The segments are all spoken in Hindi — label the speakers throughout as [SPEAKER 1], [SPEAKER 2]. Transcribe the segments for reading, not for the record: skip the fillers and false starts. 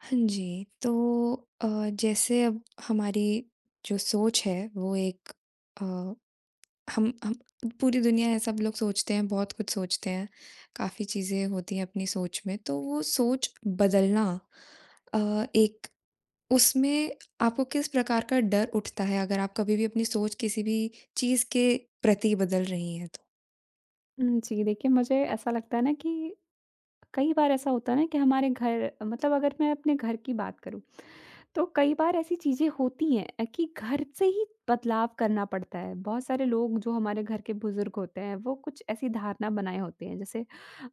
[SPEAKER 1] हाँ जी, तो अ, जैसे अब हमारी जो सोच है वो एक अ, हम पूरी दुनिया है सब लोग सोचते हैं, बहुत कुछ सोचते हैं, काफ़ी चीज़ें होती हैं अपनी सोच में, तो वो सोच बदलना अ, एक उसमें आपको किस प्रकार का डर उठता है अगर आप कभी भी अपनी सोच किसी भी चीज़ के प्रति बदल रही हैं तो?
[SPEAKER 2] जी, देखिए मुझे ऐसा लगता है ना कि कई बार ऐसा होता है ना कि हमारे घर मतलब अगर मैं अपने घर की बात करूँ, तो कई बार ऐसी चीज़ें होती हैं कि घर से ही बदलाव करना पड़ता है। बहुत सारे लोग जो हमारे घर के बुज़ुर्ग होते हैं, वो कुछ ऐसी धारणा बनाए होते हैं जैसे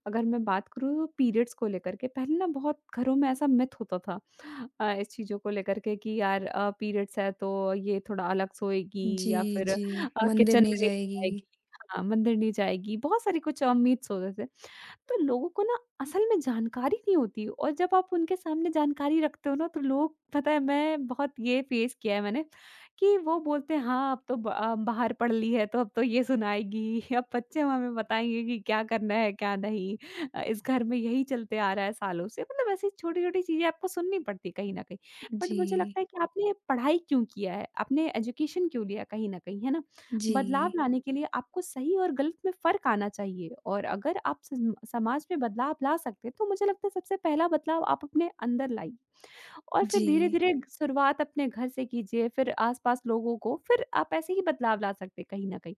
[SPEAKER 2] अगर मैं बात करूँ तो पीरियड्स को लेकर के, पहले ना बहुत घरों में ऐसा मिथ होता था, इस चीज़ों को लेकर के कि यार, पीरियड्स है तो ये थोड़ा अलग सोएगी या
[SPEAKER 1] जी,
[SPEAKER 2] फिर
[SPEAKER 1] जी। मंदिर
[SPEAKER 2] किचन में
[SPEAKER 1] नहीं
[SPEAKER 2] नहीं जाएगी।
[SPEAKER 1] जाएगी।
[SPEAKER 2] हाँ, मंदिर नहीं जाएगी, बहुत सारी कुछ मिथ्स होते थे। तो लोगों को ना असल में जानकारी नहीं होती और जब आप उनके सामने जानकारी रखते हो ना तो लोग पता है मैं बहुत ये फेस किया है मैंने कि वो बोलते हैं हाँ अब तो बाहर पढ़ ली है तो अब तो ये सुनाएगी। अब बच्चे हमें बताएंगे कि क्या करना है क्या नहीं। इस घर में यही चलते आ रहा है सालों से, मतलब ऐसी छोटी छोटी चीजें आपको सुननी पड़ती कहीं ना कहीं। बट मुझे
[SPEAKER 1] जी,
[SPEAKER 2] लगता है कि आपने पढ़ाई क्यों किया है, आपने एजुकेशन क्यों लिया कहीं ना कहीं, है ना? बदलाव
[SPEAKER 1] जी,
[SPEAKER 2] लाने के लिए आपको सही और गलत में फ़र्क आना चाहिए, और अगर आप सम समाज में बदलाव ला सकते हैं, तो मुझे लगता है सबसे पहला बदलाव आप अपने अंदर लाइए और फिर
[SPEAKER 1] जी,
[SPEAKER 2] धीरे-धीरे जी। शुरुआत अपने घर से कीजिए, फिर आस-पास लोगों को, फिर आप ऐसे ही बदलाव ला सकते हैं कहीं न कहीं।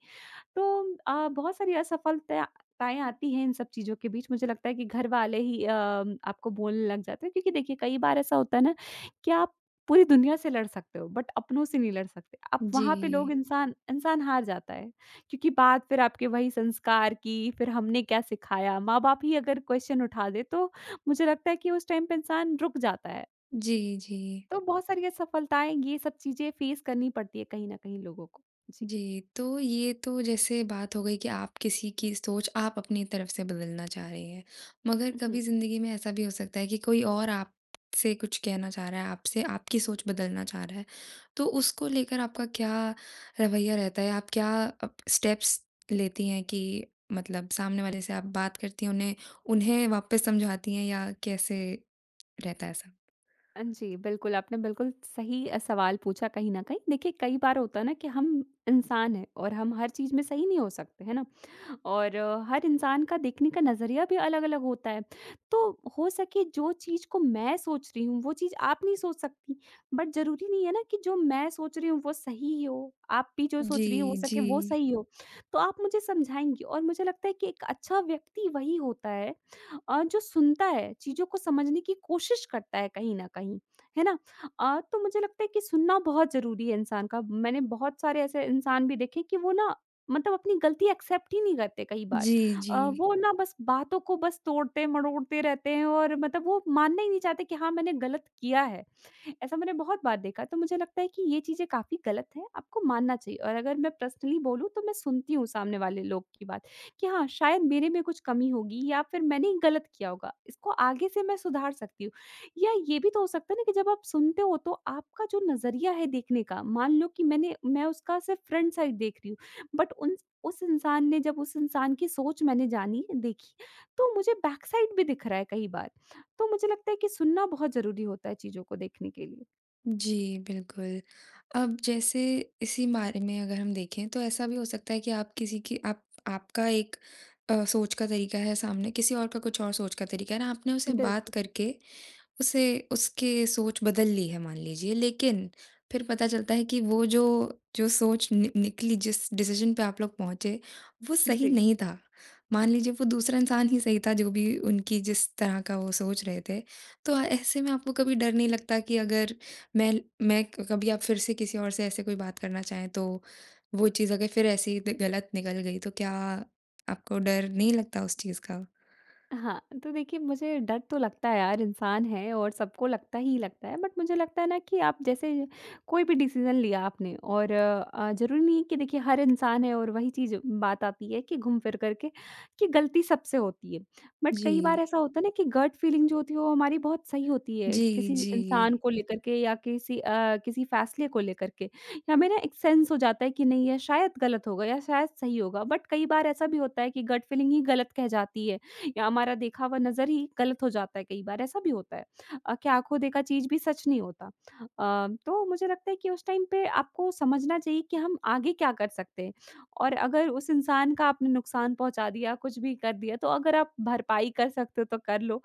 [SPEAKER 2] तो बहुत सारी असफलता ताएँ आती हैं इन सब चीज़ों के बीच। मुझे लगता है कि घर वाले ही आपको बोलने लग जाते हैं, क्योंकि देखिए कई बार ऐसा होता है ना कि आप पूरी दुनिया से लड़ सकते हो बट अपनों से नहीं लड़ सकते। आप
[SPEAKER 1] जी।
[SPEAKER 2] वहाँ पे लोग इंसान इंसान हार जाता है, क्योंकि बात फिर आपके वही संस्कार की, फिर हमने क्या सिखाया, माँ-बाप ही अगर क्वेश्चन उठा दे तो मुझे लगता है कि उस टाइम पे इंसान रुक जाता है।
[SPEAKER 1] जी, जी।
[SPEAKER 2] तो बहुत सारी असफलताएँ ये सब चीज़ें फेस करनी पड़ती है कहीं न कहीं लोगों को। जी।
[SPEAKER 1] जी, तो ये तो जैसे बात हो गई कि आप किसी की सोच आप अपनी तरफ से बदलना चाह रही हैं। मगर
[SPEAKER 2] उहुँ।
[SPEAKER 1] कभी ज़िंदगी में ऐसा भी हो सकता है कि कोई और आपसे कुछ कहना चाह रहा है, आपसे आपकी सोच बदलना चाह रहा है। तो उसको लेकर आपका क्या रवैया रहता है? आप क्या अप स्टेप्स लेती हैं कि मतलब सामने वाले से आप बात करती हैं, उन्हें उन्हें वापस समझाती हैं या कैसे रहता है ऐसा?
[SPEAKER 2] जी, बिल्कुल, आपने बिल्कुल सही सवाल पूछा कहीं न कहीं। देखिए, कई बार होता है ना कि हम इंसान हैं और हम हर चीज़ में सही नहीं हो सकते, है ना? और हर इंसान का देखने का नज़रिया भी अलग-अलग होता है। तो हो सके जो चीज़ को मैं सोच रही हूँ, वो चीज़ आप नहीं सोच सकती। बट ज़रूरी नहीं है ना कि जो मैं सोच रही हूँ, वो सही ही हो। आप भी जो
[SPEAKER 1] जी,
[SPEAKER 2] सोच रही हो
[SPEAKER 1] जी।
[SPEAKER 2] सके वो सही हो। तो आप मुझे समझाएँगी और मुझे लगता है कि एक अच्छा व्यक्ति वही होता है जो सुनता है, चीज़ों को समझने की कोशिश करता है कहीं न कहीं, है ना? तो मुझे लगता है कि सुनना बहुत ज़रूरी है इंसान का। मैंने बहुत सारे ऐसे इंसान भी देखे कि वो ना मतलब अपनी गलती एक्सेप्ट ही नहीं करते कई बार।
[SPEAKER 1] जी, जी।
[SPEAKER 2] वो ना बस बातों को बस तोड़ते, मड़ोड़ते रहते हैं, और मतलब वो मानना ही नहीं चाहते कि हाँ, मैंने गलत किया है। ऐसा मैंने बहुत बार देखा, तो मुझे लगता है कि ये चीज़ें काफ़ी गलत है, आपको मानना चाहिए। और अगर मैं पर्सनली बोलूँ तो मैं सुनती हूँ सामने वाले लोग की बात कि हाँ, शायद मेरे में कुछ कमी होगी या फिर मैंने ही गलत किया होगा, इसको आगे से मैं सुधार सकती हूँ। या ये भी तो हो सकता है ना कि जब आप सुनते हो तो आपका जो नज़रिया है देखने का, मान लो कि मैं उसका सिर्फ़ फ्रंट साइड देख रही हूँ, बट उन उस इंसान ने, जब उस इंसान की सोच मैंने जानी, देखी, तो मुझे बैक साइड भी दिख रहा है कई बार। तो मुझे लगता है कि सुनना बहुत ज़रूरी होता है चीज़ों को देखने के लिए।
[SPEAKER 1] जी, बिल्कुल। अब जैसे इसी बारे में अगर हम देखें तो ऐसा भी हो सकता है कि आप किसी की आप आपका एक सोच का तरीका है सामने किसी और का कुछ और सोच का तरीका है ना आपने उसे बात
[SPEAKER 2] बिल्कुल,
[SPEAKER 1] करके उसे उसकी सोच बदल ली है मान लीजिए, लेकिन फिर पता चलता है कि वो जो जो सोच नि निकली, जिस डिसीज़न पे आप लोग पहुँचे, वो सही
[SPEAKER 2] जी।
[SPEAKER 1] नहीं था। मान लीजिए वो दूसरा इंसान ही सही था जो भी उनकी जिस तरह का वो सोच रहे थे। तो ऐसे में आपको कभी डर नहीं लगता कि अगर मैं मैं कभी आप फिर से किसी और से ऐसे कोई बात करना चाहें तो वो चीज़ अगर फिर ऐसे ही गलत निकल गई तो क्या आपको डर नहीं लगता उस चीज़ का?
[SPEAKER 2] हाँ, तो देखिए मुझे डर तो लगता है यार, इंसान है और सबको लगता ही लगता है, बट मुझे लगता है ना कि आप जैसे कोई भी डिसीजन लिया आपने और ज़रूरी नहीं है कि देखिए हर इंसान है और वही चीज़ बात आती है कि घूम फिर करके कि गलती सबसे होती है। बट
[SPEAKER 1] जी।
[SPEAKER 2] कई बार ऐसा होता है ना कि गट फीलिंग जो होती है वो हमारी बहुत सही होती है
[SPEAKER 1] जी,
[SPEAKER 2] किसी
[SPEAKER 1] जी।
[SPEAKER 2] इंसान को लेकर के या किसी किसी फ़ैसले को लेकर के। या हमें ना एक सेंस हो जाता है कि नहीं ये शायद गलत होगा या शायद सही होगा, बट कई बार ऐसा भी होता है कि गट फीलिंग ही गलत कह जाती है। या हमारा देखा हुआ नज़र ही गलत हो जाता है कई बार, ऐसा भी होता है कि आँखों देखा चीज़ भी सच नहीं होता। तो मुझे लगता है कि उस टाइम पे आपको समझना चाहिए कि हम आगे क्या कर सकते हैं, और अगर उस इंसान का आपने नुकसान पहुँचा दिया, कुछ भी कर दिया, तो अगर आप भरपाई कर सकते हो तो कर लो,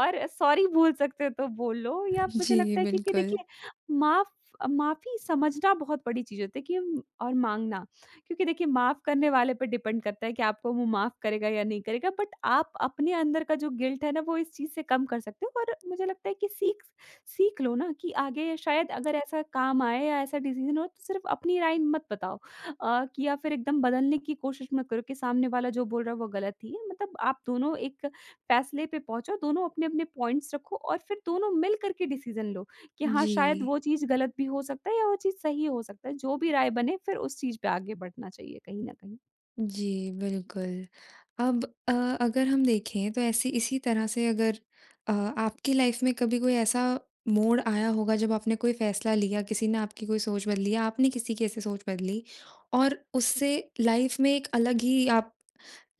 [SPEAKER 2] और सॉरी बोल सकते हो तो बोल लो, या मुझे
[SPEAKER 1] जी,
[SPEAKER 2] लगता है क्योंकि
[SPEAKER 1] बिल्कुल।
[SPEAKER 2] देखिए माफ़ माफ़ी समझना बहुत बड़ी चीज़ होती है कि और माँगना। क्योंकि देखिए माफ़ करने वाले पे डिपेंड करता है कि आपको वो माफ़ करेगा या नहीं करेगा, बट आप अपने अंदर का जो गिल्ट है ना वो इस चीज़ से कम कर सकते हो, और मुझे लगता है कि सीख सीख लो ना कि आगे शायद अगर ऐसा काम आए या ऐसा डिसीजन हो तो सिर्फ अपनी राय मत बताओ, कि या फिर एकदम बदलने की कोशिश मत करो कि सामने वाला जो बोल रहा है वो गलत ही है, मतलब आप दोनों एक फैसले पे पहुंचो, दोनों अपने अपने पॉइंट्स रखो और फिर दोनों मिल करके डिसीजन लो कि हाँ, शायद
[SPEAKER 1] जी,
[SPEAKER 2] वो चीज़ गलत भी हो सकता है या वो चीज़ सही हो सकता है। जो भी राय बने फिर उस चीज़ पे आगे बढ़ना चाहिए कहीं न कहीं।
[SPEAKER 1] जी, बिल्कुल। अब अगर हम देखें तो ऐसे इसी तरह से अगर आपकी लाइफ़ में कभी कोई ऐसा मोड़ आया होगा जब आपने कोई फ़ैसला लिया, किसी ने आपकी कोई सोच बदली या आपने किसी की ऐसे सोच बदली और उससे लाइफ़ में एक अलग ही आप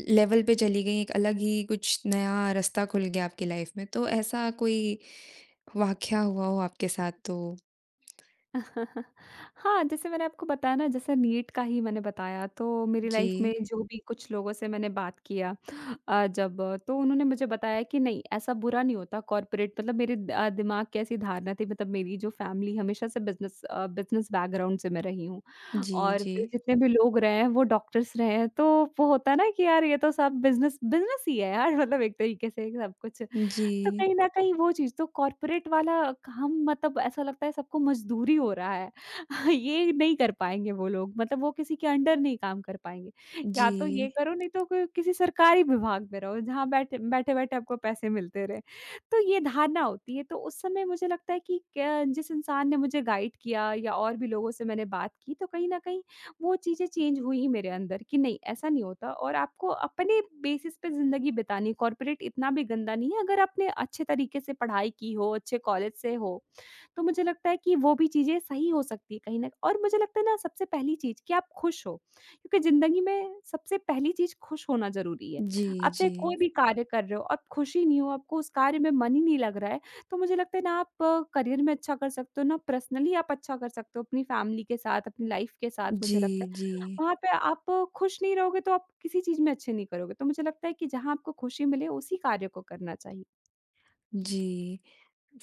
[SPEAKER 1] लेवल पे चली गईं, एक अलग ही कुछ नया रास्ता खुल गया आपकी लाइफ़ में। तो ऐसा कोई वाक़या हुआ हो आपके साथ तो?
[SPEAKER 2] हाँ, जैसे मैंने आपको बताया ना, जैसे नीट का ही मैंने बताया, तो मेरी
[SPEAKER 1] जी।
[SPEAKER 2] लाइफ में जो भी कुछ लोगों से मैंने बात किया जब तो उन्होंने मुझे बताया कि नहीं ऐसा बुरा नहीं होता कॉर्पोरेट, मतलब मेरे दिमाग की ऐसी धारणा थी, मतलब मेरी जो फैमिली हमेशा से बिजनेस बिजनेस बैकग्राउंड से मैं रही हूँ
[SPEAKER 1] जी,
[SPEAKER 2] और
[SPEAKER 1] जी।
[SPEAKER 2] फिर जितने भी लोग रहे हैं वो डॉक्टर्स रहे हैं, तो वो होता है ना कि यार ये तो सब बिजनेस बिजनेस ही है यार। मतलब एक तरीके से सब कुछ,
[SPEAKER 1] जी,
[SPEAKER 2] तो कहीं न कहीं वो चीज़ तो कॉर्पोरेट वाला काम, मतलब ऐसा लगता है सबको मजदूरी हो रहा है। ये नहीं कर पाएँगे वो लोग, मतलब वो किसी के अंडर नहीं काम कर पाएँगे। या तो ये
[SPEAKER 1] जी।
[SPEAKER 2] करो नहीं तो कोई किसी सरकारी विभाग में रहो जहाँ बैठे-बैठे आपको पैसे मिलते रहे। तो ये धारणा होती है, तो उस समय मुझे लगता है कि क जिस इंसान ने मुझे गाइड किया या और भी लोगों से मैंने बात की तो कहीं न कहीं वो चीज़ें चेंज हुई मेरे अंदर कि नहीं ऐसा नहीं होता और आपको अपने बेसिस पे ज़िंदगी बितानी, कॉर्पोरेट इतना भी गंदा नहीं है अगर आपने अच्छे तरीके से पढ़ाई की हो, अच्छे कॉलेज से हो। तो मुझे लगता है कि वो भी चीज़ें सही हो सकती है कहीं न, और मुझे लगता है ना सबसे पहली चीज़ कि आप खुश हो, क्योंकि ज़िंदगी में सबसे पहली चीज़ खुश होना ज़रूरी है।
[SPEAKER 1] जी,
[SPEAKER 2] आप चाहे
[SPEAKER 1] जी।
[SPEAKER 2] कोई भी कार्य कर रहे हो, आप खुश ही नहीं हो, आपको उस कार्य में मन ही नहीं लग रहा है, तो मुझे लगता है ना आप करियर में अच्छा कर सकते हो, ना पर्सनली आप अच्छा कर सकते हो अपनी फैमिली के साथ, अपनी लाइफ़ के साथ, मुझे लगता
[SPEAKER 1] जी,
[SPEAKER 2] है।
[SPEAKER 1] जी,
[SPEAKER 2] वहाँ पे आप खुश नहीं रहोगे तो आप किसी चीज़ में अच्छे नहीं करोगे, तो मुझे लगता है कि जहाँ आपको खुशी मिले उसी कार्य को करना चाहिए।
[SPEAKER 1] जी।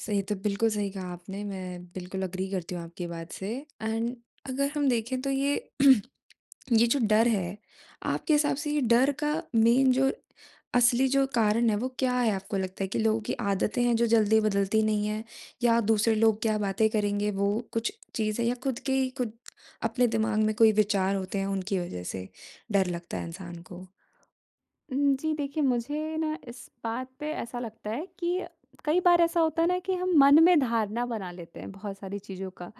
[SPEAKER 1] सही तो बिल्कुल सही कहा आपने, मैं बिल्कुल एग्री करती हूँ आपकी बात से एंड अगर हम देखें तो ये ये जो डर है, आपके हिसाब से ये डर का मेन जो असली जो कारण है वो क्या है आपको लगता है कि लोगों की आदतें हैं जो जल्दी बदलती नहीं हैं या दूसरे लोग क्या बातें करेंगे वो कुछ चीज़ है या खुद के ही खुद अपने दिमाग में कोई विचार होते हैं उनकी वज़ह से डर लगता है इंसान को?
[SPEAKER 2] जी देखिए, मुझे ना इस बात पे ऐसा लगता है कि कई बार ऐसा होता है ना कि हम मन में धारणा बना लेते हैं बहुत सारी चीज़ों का,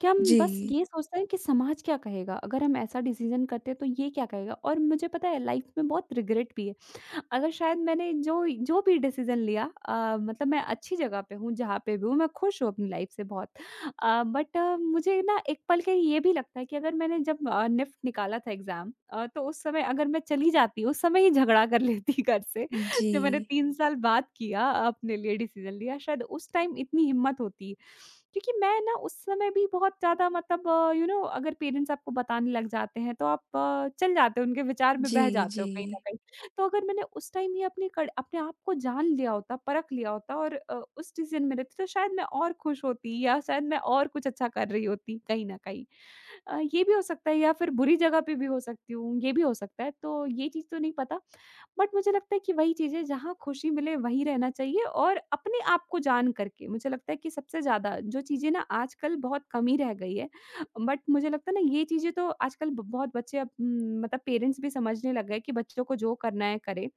[SPEAKER 2] कि हम
[SPEAKER 1] जी,
[SPEAKER 2] बस ये सोचते हैं कि समाज क्या कहेगा? अगर हम ऐसा डिसीज़न करते हैं तो ये क्या कहेगा? और मुझे पता है लाइफ़ में बहुत रिग्रेट भी है। अगर शायद मैंने जो जो भी डिसीज़न लिया, मतलब मैं अच्छी जगह पे हूँ, जहाँ पे भी हूँ, मैं खुश हूँ अपनी लाइफ़ से बहुत। बट मुझे ना एक पल के लिए ये भी लगता है कि अगर मैंने जब निफ्ट निकाला था एग्ज़ाम, तो उस समय अगर मैं चली जाती, उस समय ही झगड़ा कर लेती घर से,
[SPEAKER 1] जी।
[SPEAKER 2] जो मैंने 3 साल बाद किया, अपने लिए डिसीज़न लिया, शायद उस टाइम इतनी हिम्मत होती। क्योंकि मैं ना उस समय भी बहुत ज़्यादा मतलब अगर पेरेंट्स आपको बताने लग जाते हैं तो आप चल जाते हो, उनके विचार में बह
[SPEAKER 1] जी,
[SPEAKER 2] जाते हो
[SPEAKER 1] जी।
[SPEAKER 2] कहीं न कहीं। तो अगर मैंने उस टाइम ये अपने कड़ अपने आप को जान लिया होता, परख लिया होता और उस डिसीज़न में रहती तो शायद मैं और खुश होती या शायद मैं और कुछ अच्छा कर रही होती कहीं न कहीं। ये भी हो सकता है या फिर बुरी जगह पे भी हो सकती हूँ, ये भी हो सकता है। तो ये चीज़ तो नहीं पता, बट मुझे लगता है कि वही चीज़ है, जहाँ खुशी मिले वहीं रहना चाहिए और अपने आप को जान करके मुझे लगता है कि सबसे ज़्यादा जो चीज़ें ना आजकल बहुत कमी रह गई है। बट मुझे लगता है ना ये चीज़ें तो आजकल ब बहुत बच्चे अब, मतलब पेरेंट्स भी समझने लग गए कि बच्चों को जो करना है करें।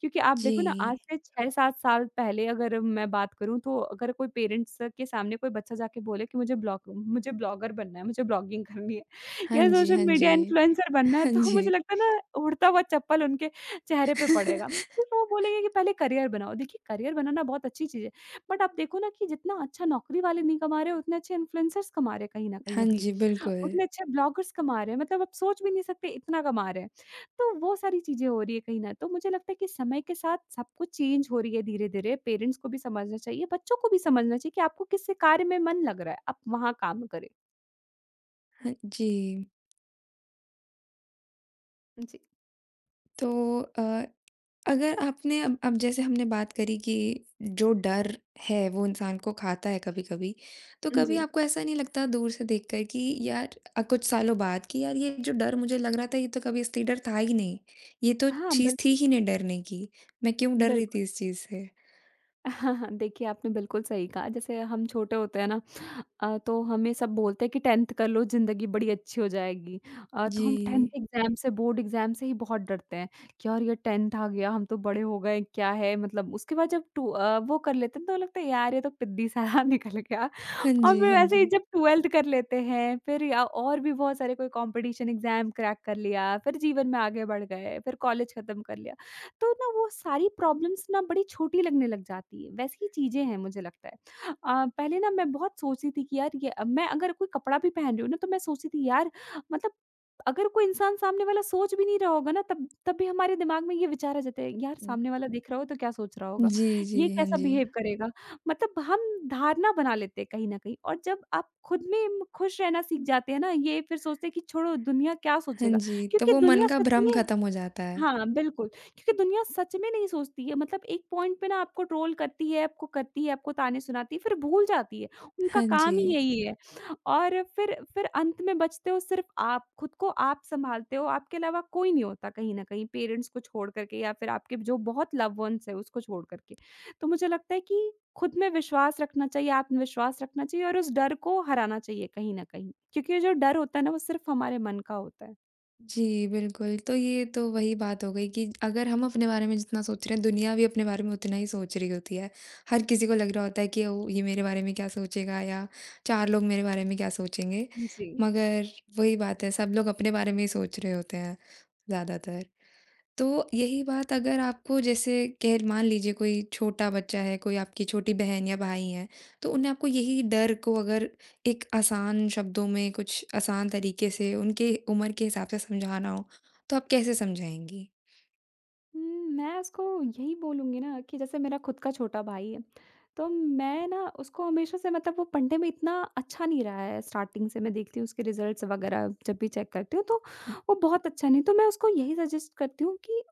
[SPEAKER 2] क्योंकि आप
[SPEAKER 1] जी।
[SPEAKER 2] देखो ना आज से 6-7 साल पहले अगर मैं बात करूँ, तो अगर कोई पेरेंट्स के सामने कोई बच्चा जाके बोले कि मुझे ब्लॉगर बनना है, मुझे ब्लॉगिंग करनी है।
[SPEAKER 1] हाँ
[SPEAKER 2] या
[SPEAKER 1] जी,
[SPEAKER 2] सोशल
[SPEAKER 1] हाँ
[SPEAKER 2] मीडिया
[SPEAKER 1] जी।
[SPEAKER 2] इन्फ्लुएंसर बनना है,
[SPEAKER 1] हाँ
[SPEAKER 2] तो
[SPEAKER 1] जी।
[SPEAKER 2] मुझे लगता है ना उड़ता हुआ चप्पल उनके चेहरे पे पड़ेगा। फिर वो बोलेंगे कि पहले करियर बनाओ। देखिए करियर बनाना बहुत अच्छी चीज़ है। बट आप देखो ना कि जितना अच्छा नौकरी वाले नहीं कमा रहे, उतने अच्छे इन्फ्लुएंसर्स कमा रहे हैं कहीं न कहीं
[SPEAKER 1] हाँ
[SPEAKER 2] अभी।
[SPEAKER 1] जी, बिल्कुल।
[SPEAKER 2] उतने अच्छे ब्लॉगर्स कमा रहे हैं, मतलब आप सोच भी नहीं सकते इतना कमा रहे हैं। तो वो सारी चीज़ें हो रही है कहीं न, तो मुझे लगता है कि समय के साथ सब कुछ चेंज हो रही है धीरे-धीरे। पेरेंट्स को भी समझना चाहिए, बच्चों को भी समझना चाहिए कि आपको किस कार्य में मन लग रहा है, आप वहाँ काम करें।
[SPEAKER 1] हाँ जी।
[SPEAKER 2] जी।
[SPEAKER 1] तो अ, अगर आपने अब जैसे हमने बात करी कि जो डर है वो इंसान को खाता है कभी-कभी, तो कभी
[SPEAKER 2] जी।
[SPEAKER 1] आपको ऐसा नहीं लगता दूर से देखकर कि यार कुछ सालों बाद कि यार ये जो डर मुझे लग रहा था ये तो कभी असली डर था ही नहीं। ये तो
[SPEAKER 2] हाँ,
[SPEAKER 1] चीज़ थी
[SPEAKER 2] बिल्कुल।
[SPEAKER 1] ही नहीं डरने की। मैं क्यों डर रही
[SPEAKER 2] बिल्कुल।
[SPEAKER 1] थी इस चीज़ से?
[SPEAKER 2] देखिए, आपने बिल्कुल सही कहा, जैसे हम छोटे होते हैं ना, तो हमें सब बोलते हैं कि 10th कर लो, ज़िंदगी बड़ी अच्छी हो जाएगी। तो
[SPEAKER 1] जी।
[SPEAKER 2] हम 10th एग्ज़ाम से, बोर्ड एग्ज़ाम से ही बहुत डरते हैं कि यार ये 10th आ गया, हम तो बड़े हो गए, क्या है, मतलब उसके बाद जब वो कर लेते हैं तो लगता है यार ये तो पिद्दी सा निकल गया।
[SPEAKER 1] हाँ
[SPEAKER 2] और
[SPEAKER 1] जी,
[SPEAKER 2] फिर
[SPEAKER 1] हाँ
[SPEAKER 2] वैसे ही
[SPEAKER 1] जी।
[SPEAKER 2] जब 12th कर लेते हैं, फिर या और भी बहुत सारे कोई कॉम्पिटिशन एग्ज़ाम क्रैक कर लिया, फिर जीवन में आगे बढ़ गए, फिर कॉलेज खत्म कर लिया। तो ना वो सारी प्रॉब्लम्स ना बड़ी छोटी लगने लग जाती है, वैसी ही चीज़ें हैं मुझे लगता है। पहले ना मैं बहुत सोचती थी कि यार ये, मैं अगर कोई कपड़ा भी पहन रही हूँ ना तो मैं सोचती थी यार, मतलब अगर कोई इंसान सामने वाला सोच भी नहीं रहा होगा ना तब तब भी हमारे दिमाग में ये विचार आ जाते हैं, यार सामने वाला देख रहा हो तो क्या सोच रहा होगा?
[SPEAKER 1] जी, जी।
[SPEAKER 2] ये
[SPEAKER 1] हाँ
[SPEAKER 2] कैसा
[SPEAKER 1] जी।
[SPEAKER 2] बिहेव करेगा? मतलब हम धारणा बना लेते हैं कहीं न कहीं और जब आप खुद में खुश रहना सीख जाते हैं ना, ये फिर सोचते हैं कि छोड़ो दुनिया क्या
[SPEAKER 1] हाँ
[SPEAKER 2] सोचेगा?
[SPEAKER 1] जी, तो
[SPEAKER 2] क्योंकि
[SPEAKER 1] वो
[SPEAKER 2] दुनिया
[SPEAKER 1] मन का
[SPEAKER 2] सच
[SPEAKER 1] भ्रम
[SPEAKER 2] में
[SPEAKER 1] ख़त्म हो जाता है।
[SPEAKER 2] हाँ, बिल्कुल, क्योंकि दुनिया सच में नहीं सोचती है, मतलब एक पॉइंट पे ना आपको ट्रोल करती है, आपको ताने सुनाती है, फिर भूल जाती है, उनका
[SPEAKER 1] हाँ
[SPEAKER 2] काम
[SPEAKER 1] जी।
[SPEAKER 2] ही यही है। और फिर अंत में बचते हो सिर्फ़ आप, खुद को आप सँभालते हो, आपके अलावा कोई नहीं होता कहीं न कहीं, पेरेंट्स को छोड़ कर के या फिर आपके जो बहुत लव्ड वन्स हैं, उसको छोड़ कर के। तो मुझे लगता है कि खुद में विश्वास रखना चाहिए, आत्मविश्वास रखना चाहिए और उस डर को हराना चाहिए कहीं न कहीं, क्योंकि जो डर होता है ना, वो सिर्फ़ हमारे मन का होता है।
[SPEAKER 1] जी, बिल्कुल, तो ये तो वही बात हो गई कि अगर हम अपने बारे में जितना सोच रहे हैं, दुनिया भी अपने बारे में उतना ही सोच रही होती है। हर किसी को लग रहा होता है कि ओ, ये मेरे बारे में क्या सोचेगा या 4 लोग मेरे बारे में क्या सोचेंगे।
[SPEAKER 2] जी।
[SPEAKER 1] मगर वही बात है, सब लोग अपने बारे में ही सोच रहे होते हैं ज़्यादातर। तो यही बात अगर आपको जैसे कह मान लीजिए कोई छोटा बच्चा है, कोई आपकी छोटी बहन या भाई हैं, तो उन्हें आपको यही डर को अगर एक आसान शब्दों में कुछ आसान तरीके से उनके उम्र के हिसाब से समझाना हो, तो आप कैसे समझाएँगी?
[SPEAKER 2] हुँ, मैं उसको यही बोलूँगी ना कि जैसे मेरा खुद का छोटा भाई है, तो मैं ना उसको हमेशा से, मतलब वो पढ़ने में इतना अच्छा नहीं रहा है स्टार्टिंग से, मैं देखती हूँ उसके रिज़ल्ट्स वग़ैरह जब भी चेक करती हूँ तो वो बहुत अच्छा नहीं, तो मैं उसको यही सजेस्ट करती हूँ कि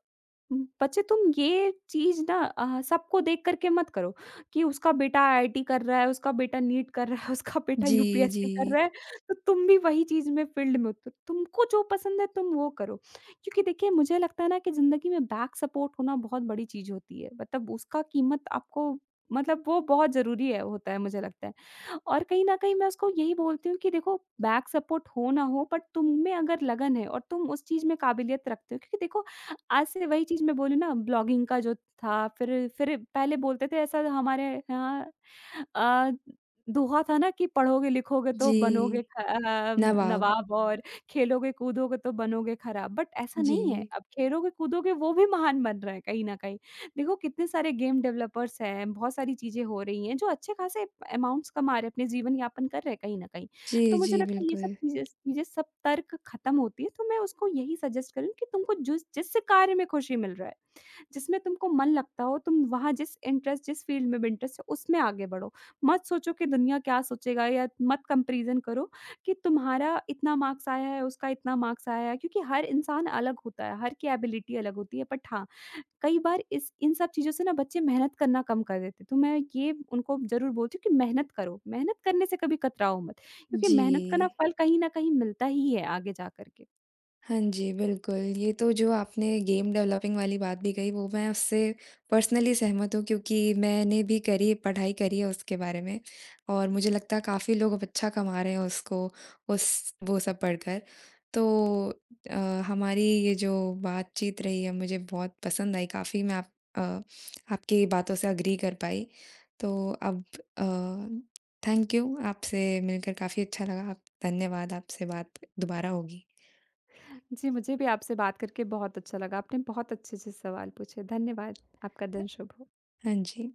[SPEAKER 2] बच्चे तुम ये चीज़ ना, सबको देख कर के मत करो कि उसका बेटा आईआईटी कर रहा है, उसका बेटा नीट कर रहा है, उसका बेटा
[SPEAKER 1] जी, जी।
[SPEAKER 2] यूपीएससी कर रहा है, तो तुम भी वही चीज़ में फ़ील्ड में उतरो। तुमको जो पसंद है तुम वो करो। क्योंकि देखिए मुझे लगता है ना कि ज़िंदगी में बैक सपोर्ट होना बहुत बड़ी चीज़ होती है। मतलब उसका कीमत आपको, मतलब वो बहुत ज़रूरी है होता है मुझे लगता है। और कहीं न कहीं मैं उसको यही बोलती हूँ कि देखो बैक सपोर्ट हो ना हो, बट तुम में अगर लगन है और तुम उस चीज़ में काबिलियत रखते हो, क्योंकि देखो आज से वही चीज़ मैं बोलूँ ना, ब्लॉगिंग का जो था फिर पहले बोलते थे ऐसा हमारे यहाँ, अ, दोहा था ना कि पढ़ोगे लिखोगे तो
[SPEAKER 1] जी,
[SPEAKER 2] बनोगे
[SPEAKER 1] नवाब।
[SPEAKER 2] नवाब और खेलोगे कूदोगे तो बनोगे खराब, बट ऐसा नहीं है,
[SPEAKER 1] जी।
[SPEAKER 2] अब खेलोगे कूदोगे वो भी महान बन रहे हैं कहीं न कहीं। देखो कितने सारे गेम डेवलपर्स हैं, बहुत सारी चीज़ें हो रही हैं जो अच्छे खासे अमाउंट्स कमा रहे हैं, अपने जीवन यापन कर रहे हैं कहीं न कहीं।
[SPEAKER 1] जी,
[SPEAKER 2] तो
[SPEAKER 1] जी,
[SPEAKER 2] मुझे लगता है ये सब
[SPEAKER 1] बिल्कुल।
[SPEAKER 2] चीज़ें चीज़ें सब तर्क ख़त्म होती है, तो मैं उसको यही सजेस्ट करूँ कि तुमको जिस जिस कार्य में खुशी मिल रहा है, जिसमें तुमको मन लगता हो, तुम वहाँ जिस इंटरेस्ट जिस फ़ील्ड में भी इंटरेस्ट है उसमें आगे बढ़ो। मत सोचो कि दुनिया क्या सोचेगा या मत कंपैरिज़न करो कि तुम्हारा इतना मार्क्स आया है, उसका इतना मार्क्स आया है, क्योंकि हर इंसान अलग होता है, हर की एबिलिटी अलग होती है, बट हाँ, कई बार इस इन सब चीज़ों से ना बच्चे मेहनत करना कम कर देते हैं, तो मैं ये उनको ज़रूर बोलती हूँ कि मेहनत करो, मेहनत करने से कभी कतराओ मत, क्योंकि
[SPEAKER 1] जी।
[SPEAKER 2] मेहनत का ना फल कहीं न कहीं मिलता ही है आगे जा कर के।
[SPEAKER 1] हाँ जी, बिल्कुल। ये तो जो आपने गेम डेवलपिंग वाली बात भी कही वो मैं उससे पर्सनली सहमत हूँ क्योंकि मैंने भी करी पढ़ाई करी है उसके बारे में और मुझे लगता है काफ़ी लोग अब अच्छा कमा रहे हैं उसको उस वो सब पढ़कर। तो अ, हमारी ये जो बातचीत रही है मुझे बहुत पसंद आई काफ़ी मैं आप अ, आपकी बातों से एग्री कर पाई। तो अब अ, थैंक यू आपसे मिलकर काफ़ी अच्छा लगा। आप धन्यवाद आपसे बात दोबारा होगी।
[SPEAKER 2] जी, मुझे भी आपसे बात करके बहुत अच्छा लगा, आपने बहुत अच्छे-अच्छे सवाल पूछे, धन्यवाद, आपका
[SPEAKER 1] ध
[SPEAKER 2] दिन शुभ हो।
[SPEAKER 1] हाँ जी।